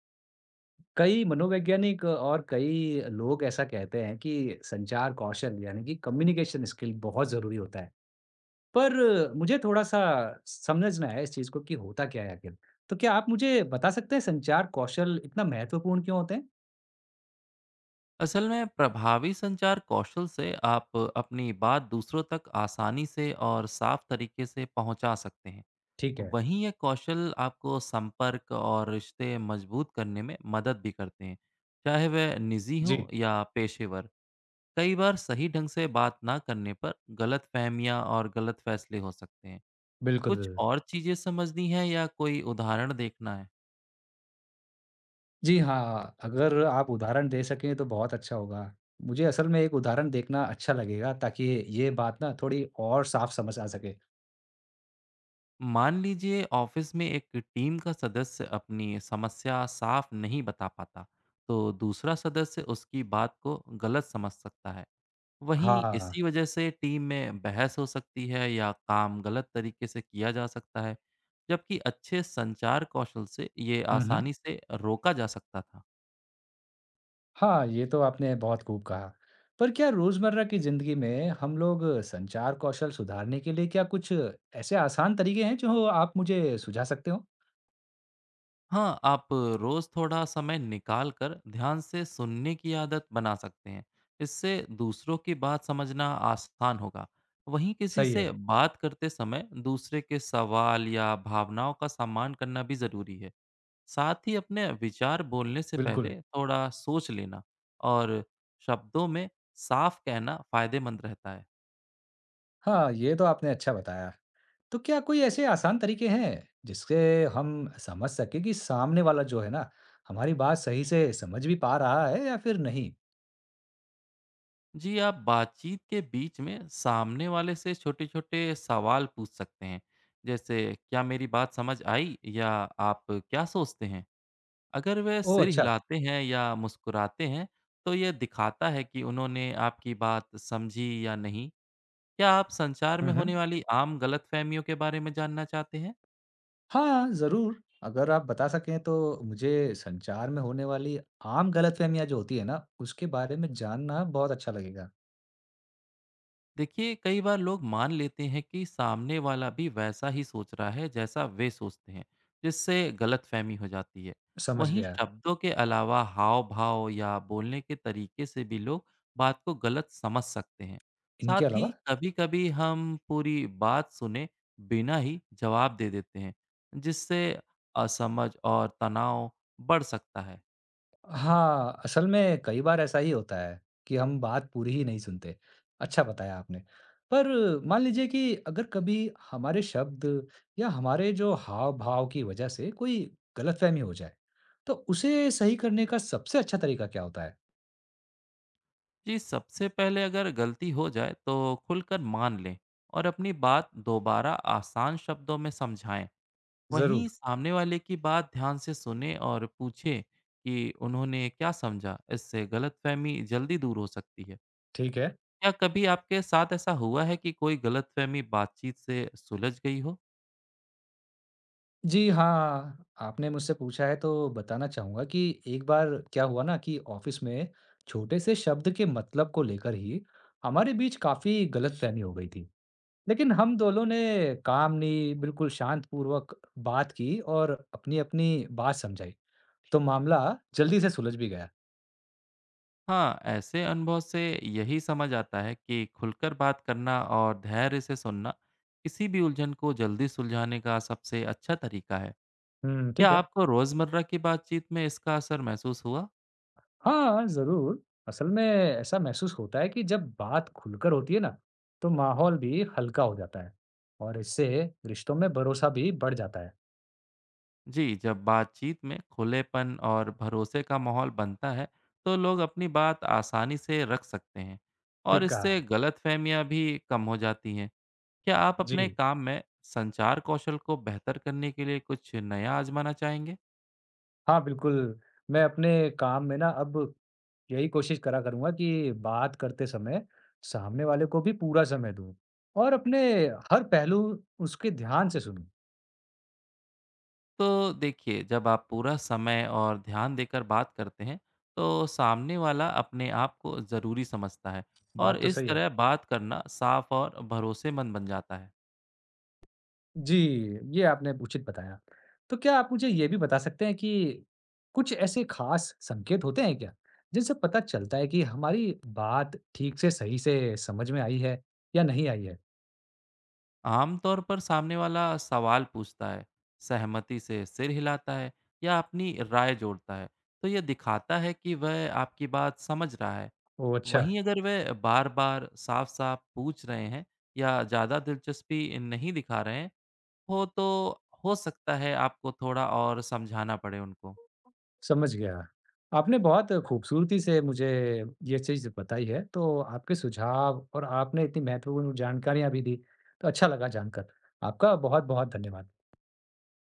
कई मनोवैज्ञानिक और कई लोग ऐसा कहते हैं कि संचार कौशल यानी कि कम्युनिकेशन स्किल बहुत ज़रूरी होता है। पर मुझे थोड़ा-सा समझना है इस चीज़ को कि होता क्या है आखिर? तो क्या आप मुझे बता सकते हैं संचार कौशल इतना महत्वपूर्ण क्यों होते हैं? असल में प्रभावी संचार कौशल से आप अपनी बात दूसरों तक आसानी से और साफ तरीके से पहुंचा सकते हैं। ठीक है। वहीं ये कौशल आपको संपर्क और रिश्ते मजबूत करने में मदद भी करते हैं, चाहे वह निजी हो जी, या पेशेवर। कई बार सही ढंग से बात ना करने पर गलत फहमियाँ और गलत फैसले हो सकते हैं। बिल्कुल। कुछ और चीज़ें समझनी है या कोई उदाहरण देखना है? जी हाँ, अगर आप उदाहरण दे सकें तो बहुत अच्छा होगा। मुझे असल में एक उदाहरण देखना अच्छा लगेगा ताकि ये बात ना थोड़ी और साफ समझ आ सके। मान लीजिए ऑफिस में एक टीम का सदस्य अपनी समस्या साफ नहीं बता पाता, तो दूसरा सदस्य उसकी बात को गलत समझ सकता है। वहीं हाँ। इसी वजह से टीम में बहस हो सकती है या काम गलत तरीके से किया जा सकता है, जबकि अच्छे संचार कौशल से ये हुँ, हुँ। आसानी से रोका जा सकता था। हाँ, ये तो आपने बहुत खूब कहा। पर क्या रोज़मर्रा की ज़िंदगी में हम लोग संचार कौशल सुधारने के लिए क्या कुछ ऐसे आसान तरीके हैं जो आप मुझे सुझा सकते हो? हाँ, आप रोज़ थोड़ा समय निकाल कर ध्यान से सुनने की आदत बना सकते हैं। इससे दूसरों की बात समझना आसान होगा। वहीं किसी सही से है, बात करते समय दूसरे के सवाल या भावनाओं का सम्मान करना भी ज़रूरी है। साथ ही अपने विचार बोलने से बिल्कुल। पहले थोड़ा सोच लेना और शब्दों में साफ कहना फ़ायदेमंद रहता है। हाँ, ये तो आपने अच्छा बताया। तो क्या कोई ऐसे आसान तरीके हैं जिससे हम समझ सकें कि सामने वाला जो है ना, हमारी बात सही से समझ भी पा रहा है या फिर नहीं? जी, आप बातचीत के बीच में सामने वाले से छोटे छोटे सवाल पूछ सकते हैं, जैसे क्या मेरी बात समझ आई, या आप क्या सोचते हैं। अगर वे ओह सिर अच्छा! हिलाते हैं या मुस्कुराते हैं, तो यह दिखाता है कि उन्होंने आपकी बात समझी या नहीं। क्या आप संचार हुँ, में होने हुँ। वाली आम गलतफहमियों के बारे में जानना चाहते हैं? हाँ, ज़रूर। अगर आप बता सकें तो मुझे संचार में होने वाली आम गलतफ़हमियाँ जो होती है ना, उसके बारे में जानना बहुत अच्छा लगेगा। देखिए, कई बार लोग मान लेते हैं कि सामने वाला भी वैसा ही सोच रहा है जैसा वे सोचते हैं, जिससे गलतफहमी हो जाती है। समझ वहीं गया। शब्दों के अलावा हाव भाव या बोलने के तरीके से भी लोग बात को गलत समझ सकते हैं। इनके साथ ही अलावा कभी-कभी हम पूरी बात सुने बिना ही जवाब दे देते हैं, जिससे असमझ और तनाव बढ़ सकता है। हाँ, असल में कई बार ऐसा ही होता है कि हम बात पूरी ही नहीं सुनते। अच्छा बताया आपने। पर मान लीजिए कि अगर कभी हमारे शब्द या हमारे जो हाव-भाव की वज़ह से कोई गलतफ़हमी हो जाए, तो उसे सही करने का सबसे अच्छा तरीका क्या होता है? जी, सबसे पहले अगर गलती हो जाए तो खुलकर मान लें और अपनी बात दोबारा आसान शब्दों में समझाएं। वहीं ज़रूर, सामने वाले की बात ध्यान से सुने और पूछें कि उन्होंने क्या समझा। इससे गलतफहमी जल्दी दूर हो सकती है। ठीक है। क्या कभी आपके साथ ऐसा हुआ है कि कोई गलतफहमी बातचीत से सुलझ गई हो? जी, हाँ। आपने मुझसे पूछा है तो बताना चाहूँगा कि एक बार क्या हुआ ना कि ऑफ़िस में छोटे से शब्द के मतलब को लेकर ही हमारे बीच काफ़ी गलतफ़हमी हो गई थी। लेकिन हम दोनों ने काम नहीं, बिल्कुल शांतपूर्वक बात की और अपनी-अपनी बात समझाई, तो मामला जल्दी से सुलझ भी गया। हाँ, ऐसे अनुभव से यही समझ आता है कि खुलकर बात करना और धैर्य से सुनना किसी भी उलझन को जल्दी सुलझाने का सबसे अच्छा तरीका है। हुँ, क्या ठीक है। आपको रोजमर्रा की बातचीत में इसका असर महसूस हुआ? हाँ, ज़रूर। असल में ऐसा महसूस होता है कि जब बात खुलकर होती है ना, तो माहौल भी हल्का हो जाता है और इससे रिश्तों में भरोसा भी बढ़ जाता है। जी, जब बातचीत में खुलेपन और भरोसे का माहौल बनता है, तो लोग अपनी बात आसानी से रख सकते हैं और ठीक कहा। इससे गलतफहमियां भी कम हो जाती हैं। क्या आप अपने जी। काम में संचार कौशल को बेहतर करने के लिए कुछ नया आजमाना चाहेंगे? हाँ, बिल्कुल, मैं अपने काम में ना अब यही कोशिश करा करूँगा कि बात करते समय सामने वाले को भी पूरा समय दूँ और अपने हर पहलू उसके ध्यान से सुनूँ। तो देखिए, जब आप पूरा समय और ध्यान देकर बात करते हैं, तो सामने वाला अपने आप को ज़रूरी समझता है और बात तो इस सही है। तरह बात करना साफ और भरोसेमंद बन जाता है। जी, ये आपने उचित बताया। तो क्या आप मुझे ये भी बता सकते हैं कि कुछ ऐसे ख़ास संकेत होते हैं क्या, जिनसे पता चलता है कि हमारी बात ठीक से, सही से समझ में आई है या नहीं आई है? आमतौर पर सामने वाला सवाल पूछता है, सहमति से सिर हिलाता है या अपनी राय जोड़ता है, तो यह दिखाता है कि वह आपकी बात समझ रहा है। ओह! अच्छा। वहीं अगर वह बार बार साफ साफ पूछ रहे हैं या ज़्यादा दिलचस्पी नहीं दिखा रहे हैं हो, तो हो सकता है आपको थोड़ा और समझाना पड़े उनको। समझ गया। आपने बहुत खूबसूरती से मुझे ये चीज़ बताई है, तो आपके सुझाव और आपने इतनी महत्वपूर्ण जानकारियाँ भी दी, तो अच्छा लगा जानकर। आपका बहुत-बहुत धन्यवाद।